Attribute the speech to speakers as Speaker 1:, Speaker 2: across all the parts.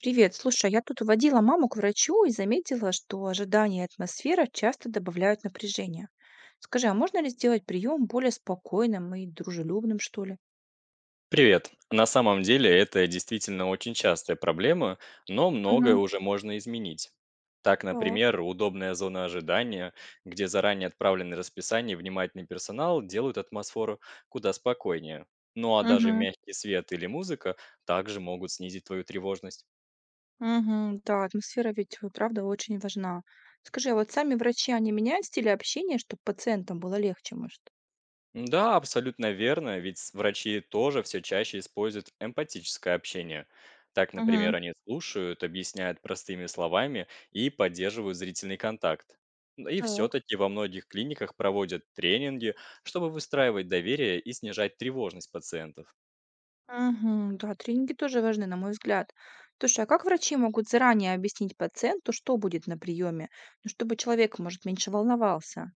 Speaker 1: Привет, слушай, а я тут водила маму к врачу и заметила, что ожидание и атмосфера часто добавляют напряжения. Скажи, а можно ли сделать прием более спокойным и дружелюбным, что ли?
Speaker 2: Привет. На самом деле это действительно очень частая проблема, но многое
Speaker 1: Мгм.
Speaker 2: уже можно изменить. Так,
Speaker 1: Так.
Speaker 2: например, удобная зона ожидания, где заранее отправлены расписания и внимательный персонал делают атмосферу куда спокойнее. Ну а даже
Speaker 1: Мгм.
Speaker 2: мягкий свет или музыка также могут снизить твою тревожность.
Speaker 1: Мгм, да, атмосфера ведь, правда, очень важна. Скажи, а вот сами врачи, они меняют стиль общения, чтобы пациентам было легче, может?
Speaker 2: Да, абсолютно верно, ведь врачи тоже все чаще используют эмпатическое общение. Так,
Speaker 1: Мгм.
Speaker 2: например, они слушают, объясняют простыми словами и поддерживают зрительный контакт. Ну и
Speaker 1: Так.
Speaker 2: все-таки во многих клиниках проводят тренинги, чтобы выстраивать доверие и снижать тревожность пациентов.
Speaker 1: Мгм. Да, тренинги тоже важны, на мой взгляд. Слушай, а как врачи могут заранее объяснить пациенту, что будет на приеме, ну, чтобы человек, может, меньше волновался?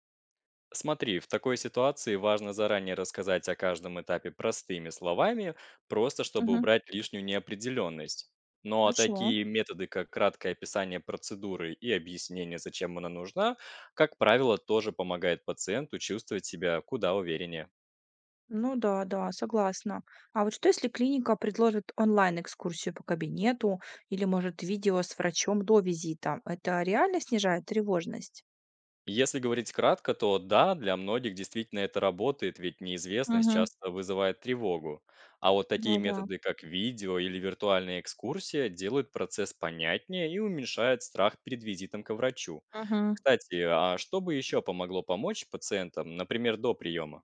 Speaker 2: Смотри, в такой ситуации важно заранее рассказать о каждом этапе простыми словами, просто чтобы
Speaker 1: Мгм.
Speaker 2: убрать лишнюю неопределенность. Но
Speaker 1: Хорошо.
Speaker 2: такие методы, как краткое описание процедуры и объяснение, зачем она нужна, как правило, тоже помогает пациенту чувствовать себя куда увереннее.
Speaker 1: Ну да, да, согласна. А вот что, если клиника предложит онлайн-экскурсию по кабинету или, может, видео с врачом до визита? Это реально снижает тревожность?
Speaker 2: Если говорить кратко, то да, для многих действительно это работает, ведь неизвестность
Speaker 1: Мгм.
Speaker 2: часто вызывает тревогу. А вот такие
Speaker 1: Да, да.
Speaker 2: методы, как видео или виртуальная экскурсия, делают процесс понятнее и уменьшают страх перед визитом к врачу.
Speaker 1: Мгм.
Speaker 2: Кстати, а что бы еще помогло помочь пациентам, например, до приема?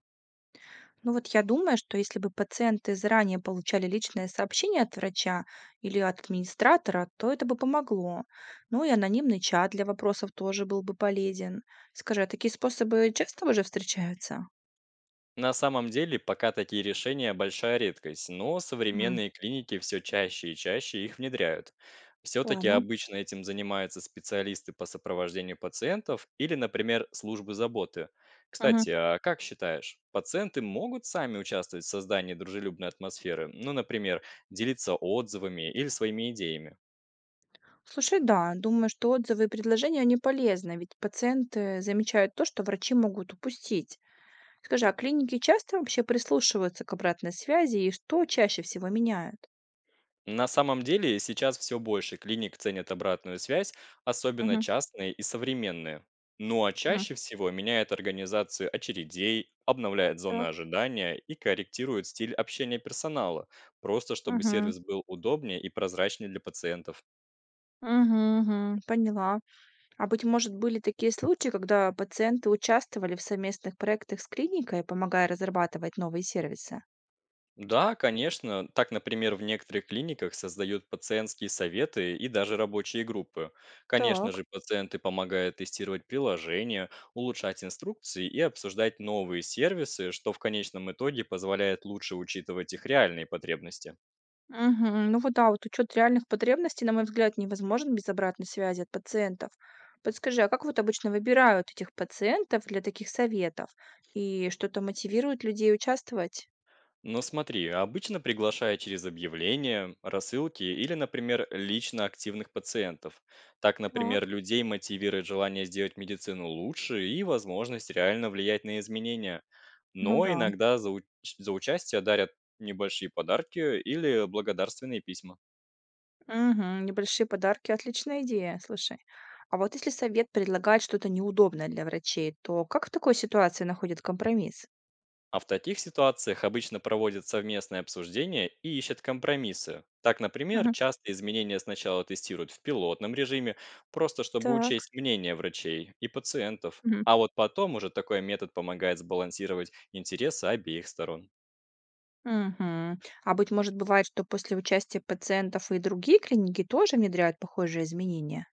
Speaker 1: Ну вот я думаю, что если бы пациенты заранее получали личное сообщение от врача или от администратора, то это бы помогло. Ну и анонимный чат для вопросов тоже был бы полезен. Скажи, а такие способы часто уже встречаются?
Speaker 2: На самом деле, пока такие решения большая редкость, но
Speaker 1: Мгм.
Speaker 2: современные клиники все чаще и чаще их внедряют. Все-таки
Speaker 1: Ладно.
Speaker 2: обычно этим занимаются специалисты по сопровождению пациентов или, например, службы заботы.
Speaker 1: Мгм.
Speaker 2: Кстати, а как считаешь, пациенты могут сами участвовать в создании дружелюбной атмосферы, ну, например, делиться отзывами или своими идеями?
Speaker 1: Слушай, да, думаю, что отзывы и предложения, они полезны, ведь пациенты замечают то, что врачи могут упустить. Скажи, а клиники часто вообще прислушиваются к обратной связи и что чаще всего меняют?
Speaker 2: На самом деле сейчас все больше клиник ценят обратную связь, особенно
Speaker 1: Мгм.
Speaker 2: частные и современные. Ну а
Speaker 1: Мгм.
Speaker 2: чаще всего меняет организацию очередей, обновляет зоны
Speaker 1: Так.
Speaker 2: ожидания и корректирует стиль общения персонала, просто чтобы
Speaker 1: Мгм.
Speaker 2: сервис был удобнее и прозрачнее для пациентов.
Speaker 1: Мгм, мгм. Поняла. А быть может, были такие случаи, когда пациенты участвовали в совместных проектах с клиникой, помогая разрабатывать новые сервисы?
Speaker 2: Да, конечно. Так, например, в некоторых клиниках создают пациентские советы и даже рабочие группы. Конечно же,
Speaker 1: Так.
Speaker 2: пациенты помогают тестировать приложения, улучшать инструкции и обсуждать новые сервисы, что в конечном итоге позволяет лучше учитывать их реальные потребности.
Speaker 1: Мгм. Ну вот да, вот учет реальных потребностей, на мой взгляд, невозможен без обратной связи от пациентов. Подскажи, а как вот обычно выбирают этих пациентов для таких советов? И что-то мотивирует людей участвовать?
Speaker 2: Но смотри, обычно приглашая через объявления, рассылки или, например, лично активных пациентов. Так,
Speaker 1: Так,
Speaker 2: например, людей мотивирует желание сделать медицину лучше и возможность реально влиять на изменения.
Speaker 1: ну
Speaker 2: Но
Speaker 1: да.
Speaker 2: иногда за участие дарят небольшие подарки или благодарственные письма.
Speaker 1: Мгм. Небольшие подарки - отличная идея, слушай. А вот если совет предлагает что-то неудобное для врачей, то как в такой ситуации находят компромисс?
Speaker 2: А в таких ситуациях обычно проводят совместное обсуждение и ищут компромиссы. Так, например,
Speaker 1: Мгм.
Speaker 2: часто изменения сначала тестируют в пилотном режиме, просто чтобы
Speaker 1: Так.
Speaker 2: учесть мнение врачей и пациентов.
Speaker 1: Мгм.
Speaker 2: А вот потом уже такой метод помогает сбалансировать интересы обеих сторон.
Speaker 1: Мгм. А быть может, бывает, что после участия пациентов и другие клиники тоже внедряют похожие изменения?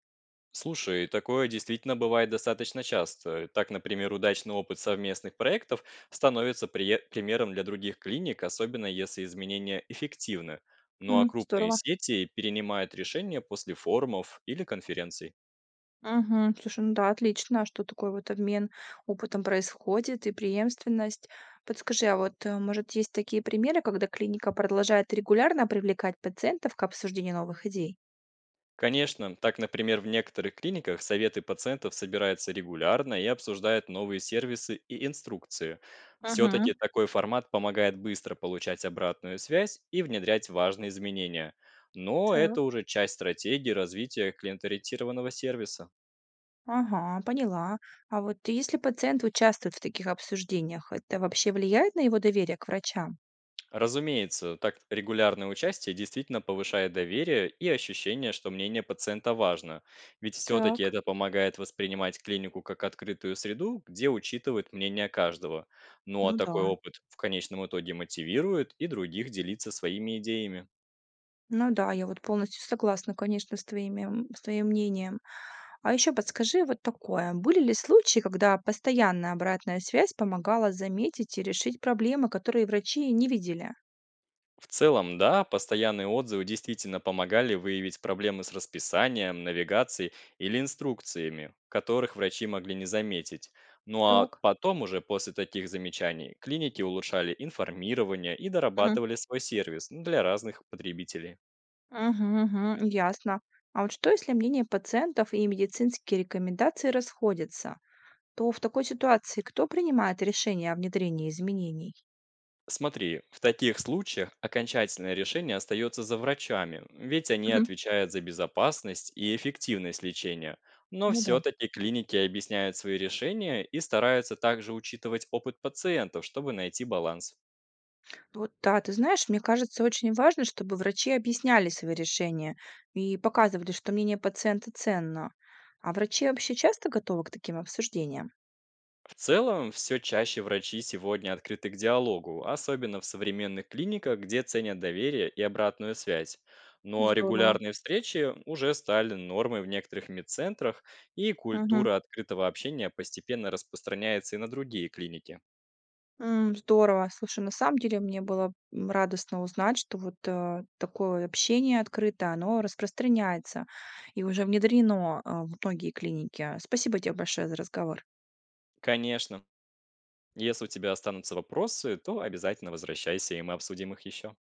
Speaker 2: Слушай, такое действительно бывает достаточно часто. Так, например, удачный опыт совместных проектов становится примером для других клиник, особенно если изменения эффективны. Ну а крупные
Speaker 1: Здорово.
Speaker 2: сети перенимают решения после форумов или конференций.
Speaker 1: Мгм. Слушай, ну да, отлично, а что такой вот обмен опытом происходит и преемственность. Подскажи, а вот, может, есть такие примеры, когда клиника продолжает регулярно привлекать пациентов к обсуждению новых идей?
Speaker 2: Конечно, так, например, в некоторых клиниках советы пациентов собираются регулярно и обсуждают новые сервисы и инструкции.
Speaker 1: Мгм.
Speaker 2: Все-таки такой формат помогает быстро получать обратную связь и внедрять важные изменения. Но
Speaker 1: Так,
Speaker 2: это уже часть стратегии развития клиенториентированного сервиса.
Speaker 1: ага, поняла. А вот если пациент участвует в таких обсуждениях, это вообще влияет на его доверие к врачам?
Speaker 2: Разумеется, так регулярное участие действительно повышает доверие и ощущение, что мнение пациента важно. Ведь все-таки
Speaker 1: Так,
Speaker 2: это помогает воспринимать клинику как открытую среду, где учитывают мнение каждого. Ну а
Speaker 1: ну да.
Speaker 2: такой опыт в конечном итоге мотивирует и других делиться своими идеями.
Speaker 1: Ну да, я вот полностью согласна, конечно, с твоим мнением. А еще подскажи вот такое. Были ли случаи, когда постоянная обратная связь помогала заметить и решить проблемы, которые врачи не видели?
Speaker 2: В целом, да, постоянные отзывы действительно помогали выявить проблемы с расписанием, навигацией или инструкциями, которых врачи могли не заметить. Ну а
Speaker 1: Так.
Speaker 2: потом уже после таких замечаний клиники улучшали информирование и
Speaker 1: Мгм.
Speaker 2: дорабатывали свой сервис, ну, для разных потребителей.
Speaker 1: Мгм, мгм, ясно. А вот что, если мнение пациентов и медицинские рекомендации расходятся, то в такой ситуации кто принимает решение о внедрении изменений?
Speaker 2: Смотри, в таких случаях окончательное решение остается за врачами, ведь они
Speaker 1: Мгм.
Speaker 2: отвечают за безопасность и эффективность лечения. Но
Speaker 1: Ну да.
Speaker 2: все-таки клиники объясняют свои решения и стараются также учитывать опыт пациентов, чтобы найти баланс.
Speaker 1: Вот да, ты знаешь, мне кажется, очень важно, чтобы врачи объясняли свои решения и показывали, что мнение пациента ценно. А врачи вообще часто готовы к таким обсуждениям?
Speaker 2: В целом, все чаще врачи сегодня открыты к диалогу, особенно в современных клиниках, где ценят доверие и обратную связь. Но
Speaker 1: Здорово.
Speaker 2: регулярные встречи уже стали нормой в некоторых медцентрах, и
Speaker 1: Мгм.
Speaker 2: культура открытого общения постепенно распространяется и на другие клиники.
Speaker 1: Здорово. Слушай, на самом деле мне было радостно узнать, что вот такое общение открытое, оно распространяется и уже внедрено в многие клиники. Спасибо тебе большое за разговор.
Speaker 2: Конечно, если у тебя останутся вопросы, то обязательно возвращайся, и мы обсудим их еще.